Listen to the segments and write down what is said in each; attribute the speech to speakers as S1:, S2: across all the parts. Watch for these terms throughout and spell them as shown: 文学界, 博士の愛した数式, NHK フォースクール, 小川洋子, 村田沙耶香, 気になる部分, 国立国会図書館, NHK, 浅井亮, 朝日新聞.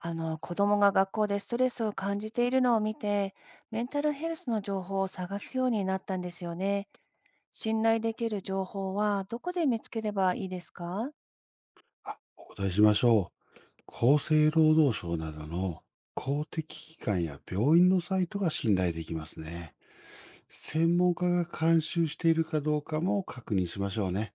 S1: あの子供が学校でストレスを感じているのを見て、メンタルヘルスの情報を探すようになったんですよね。信頼できる情報はどこで見つければいいですか？
S2: あ、お答えしましょう。厚生労働省などの公的機関や病院のサイトが信頼できますね。専門家が監修しているかどうかも確認しましょうね。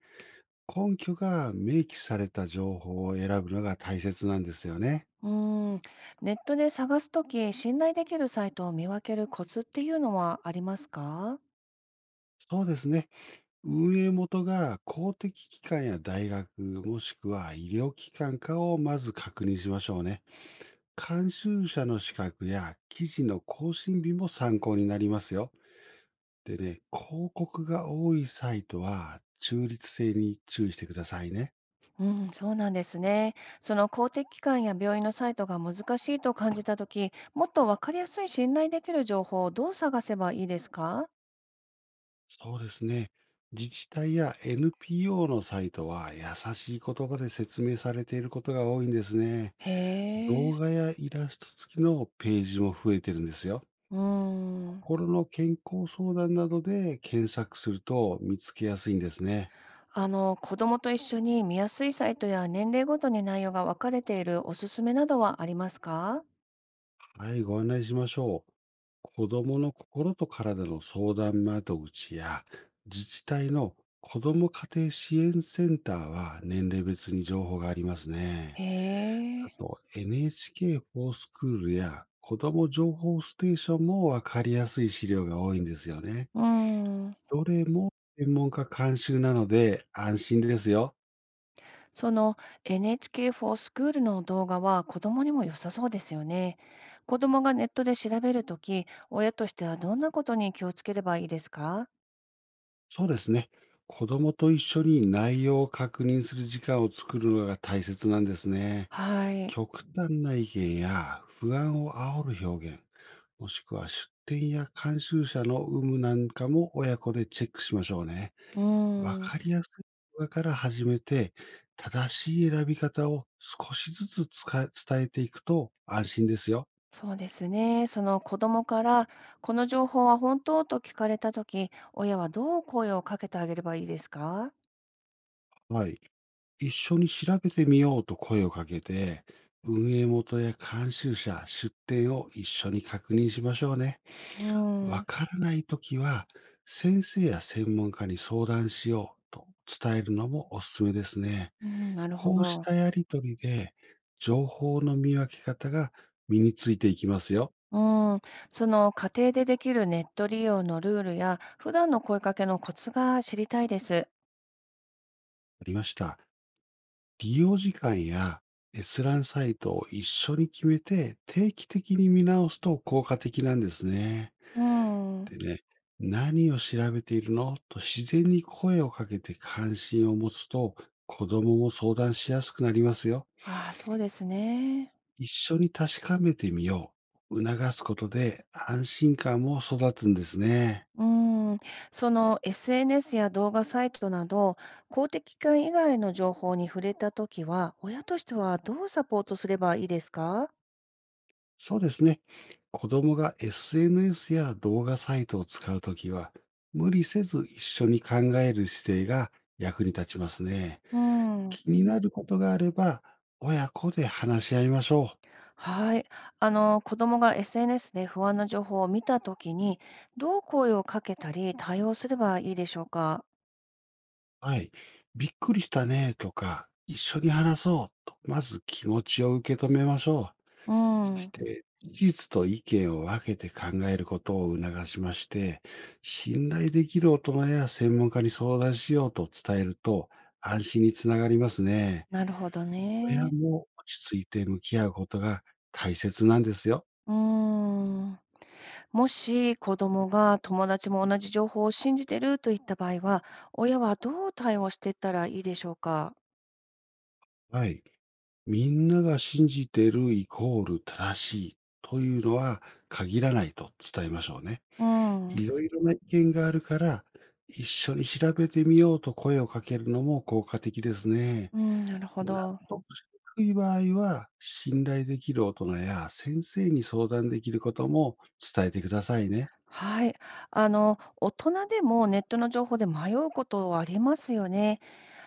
S2: 根拠が明記された情報を選ぶのが大切なんですよね。
S1: うーん、ネットで探すとき、信頼できるサイトを見分けるコツっていうのはありますか？
S2: そうですね。運営元が公的機関や大学、もしくは医療機関かをまず確認しましょうね。監修者の資格や記事の更新日も参考になりますよ。でね、広告が多いサイトは中立性に注意してくださいね。
S1: うん、そうなんですね。その公的機関や病院のサイトが難しいと感じたとき、もっとわかりやすい信頼できる情報をどう探せばいいですか？
S2: そうですね。自治体や NPO のサイトは優しい言葉で説明されていることが多いんですね。
S1: へ
S2: 動
S1: え、
S2: 画やイラスト付きのページも増えてるんですよ。
S1: うーん。
S2: 心の健康相談などで検索すると見つけやすいんですね。
S1: 子供と一緒に見やすいサイトや年齢ごとに内容が分かれているおすすめなどはありますか？
S2: はい、ご案内しましょう。子どもの心と体の相談窓口や自治体の子ども家庭支援センターは年齢別に情報があります
S1: へ
S2: ね。あ
S1: え、
S2: と NHK フォースクールや子ども情報ステーションもわかりやすい資料が多いんですよね。
S1: うーん、
S2: どれも専門家監修なので安心ですよ。
S1: その NHKフォースクールの動画は子供にも良さそうですよね。子供がネットで調べるとき、親としてはどんなことに気をつければいいですか？
S2: そうですね。子どもと一緒に内容を確認する時間を作るのが大切なんですね。
S1: はい。
S2: 極端な意見や不安を煽る表現、もしくは出典や監修者の有無なんかも親子でチェックしましょうね。
S1: う
S2: わ
S1: ーん、
S2: かりやすい言葉から始めて、正しい選び方を少しずつ使え伝えていくと安心ですよ。
S1: そうですね。その子供から、この情報は本当と聞かれたとき、親はどう声をかけてあげればいいですか？
S2: はい。一緒に調べてみようと声をかけて、運営元や監修者、出典を一緒に確認しましょうね。
S1: うー
S2: わ
S1: ん。
S2: からないときは、先生や専門家に相談しようと伝えるのもおすすめですね。
S1: うん、なるほ
S2: こうし
S1: ど。
S2: たやりとりで、情報の見分け方が身についていきますよ。
S1: うん、その家庭でできるネット利用のルールや、普段の声かけのコツが知りたいです。
S2: ありました。利用時間や閲覧サイトを一緒に決めて、定期的に見直すと効果的なんですね。
S1: うん、
S2: でね、何を調べているのと自然に声をかけて関心を持つと、子供も相談しやすくなりますよ。
S1: ああ、そうですね。
S2: 一緒に確かめてみよう。促すことで安心感も育つんですね。
S1: うん、その SNS や動画サイトなど、公的機関以外の情報に触れたときは、親としてはどうサポートすればいいですか？
S2: そうですね。子供が SNS や動画サイトを使うときは、無理せず一緒に考える姿勢が役に立ちますね。
S1: うん、
S2: 気になることがあれば、親子で話し合いましょ
S1: はい。子供が SNS で不安な情報を見たときに、どう声をかけたり対応すればいいでしょうか？
S2: う。はい。びっくりしたねとか、一緒に話そうと、まず気持ちを受け止めましょ
S1: う
S2: う。そし
S1: ん、
S2: て、事実と意見を分けて考えることを促しまして、信頼できる大人や専門家に相談しようと伝えると、安心につながりますね。
S1: なるほど
S2: 親
S1: ね。
S2: も落ち着いて向き合うことが大切なんですよ。
S1: うん。もし子供が友達も同じ情報を信じてるといった場合は、親はどう対応していったらいいでしょうか？
S2: はい。みんなが信じてるイコール正しいというのは限らないと伝えましょうね。
S1: うん。
S2: いろいろな意見があるから、一緒に調べてみようと声をかけるのも効果的ですね。
S1: うん、なるほ
S2: 納
S1: ど。
S2: 得しにくい場合は、信頼できる大人や先生に相談できることも伝えてくださいね。
S1: はい。大人でもネットの情報で迷うことはありますよね。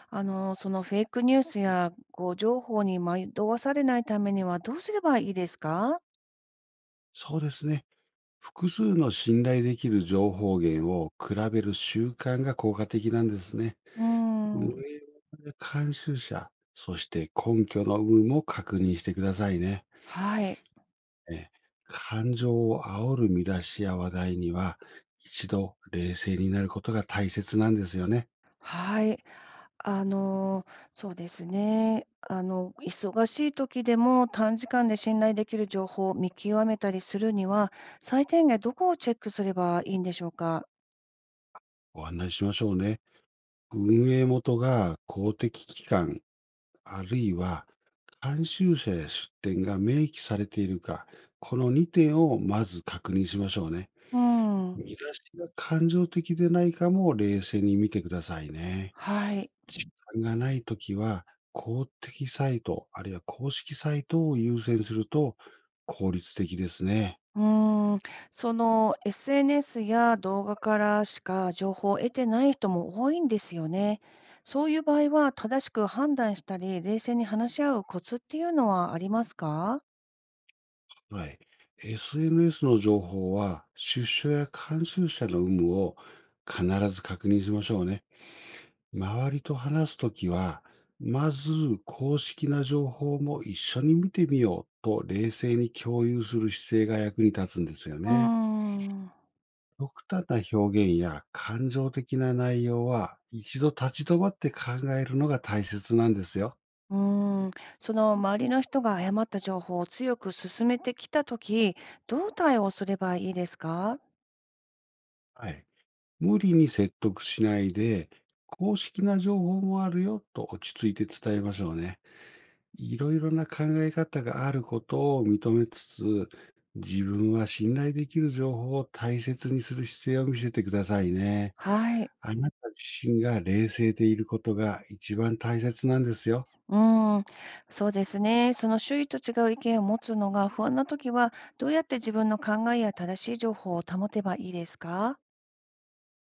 S1: そのフェイクニュースや誤情報に惑わされないためにはどうすればいいですか？
S2: そうですね。複数の信頼できる情報源を比べる習慣が効果的なんですね。
S1: う
S2: 運
S1: ん。
S2: 営監修者、そして根拠の有無も確認してくださいね。
S1: はい。
S2: え感情を煽る見出しや話題には、一度冷静になることが大切なんですよね。
S1: はい。あの、そうですね。忙しい時でも短時間で信頼できる情報を見極めたりするには、最低限どこをチェックすればいいんでしょうか？
S2: ご案内しましょうね。運営元が公的機関、あるいは監修者や出典が明記されているか、この2点をまず確認しましょうね。
S1: うーん、
S2: 見出しが感情的でないかも冷静に見てくださいね。
S1: はい。
S2: 時間がないときは、公的サイト、あるいは公式サイトを優先すると効率的ですね。
S1: うーん、その SNS や動画からしか情報を得てない人も多いんですよね。そういう場合は、正しく判断したり、冷静に話し合うコツっていうのはありますか？
S2: はい。SNS の情報は、出所や監修者の有無を必ず確認しましょうね。周りと話すときは、まず公式な情報も一緒に見てみようと冷静に共有する姿勢が役に立つんですよ
S1: うー
S2: ね。
S1: ん。
S2: 極端な表現や感情的な内容は一度立ち止まって考えるのが大切なんですよ。
S1: うーん、その周りの人が誤った情報を強く勧めてきたとき、どう対応すればいいですか？
S2: はい。無理に説得しないで、公式な情報もあるよと落ち着いて伝えましょうね。いろいろな考え方があることを認めつつ、自分は信頼できる情報を大切にする姿勢を見せてくださいね。
S1: はい。
S2: あなた自身が冷静でいることが一番大切なんですよ。
S1: うーん、そうですね。その周囲と違う意見を持つのが不安なときは、どうやって自分の考えや正しい情報を保てばいいですか？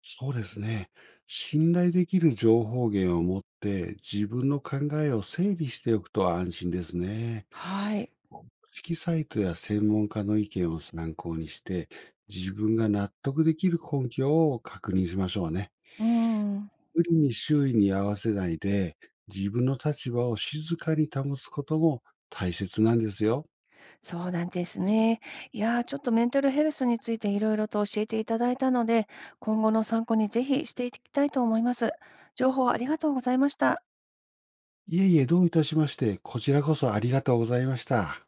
S2: そうですね。信頼できる情報源を持って自分の考えを整理しておくと安心ですね。
S1: はい。
S2: 公式サイトや専門家の意見を参考にして、自分が納得できる根拠を確認しましょうね。
S1: うーん、
S2: 無理に周囲に合わせないで、自分の立場を静かに保つことも大切なんですよ。
S1: そうなんですね。いやー、ちょっとメンタルヘルスについていろいろと教えていただいたので、今後の参考にぜひしていきたいと思います。情報ありがとうございました。
S2: いえいえ、どういたしまして、こちらこそありがとうございました。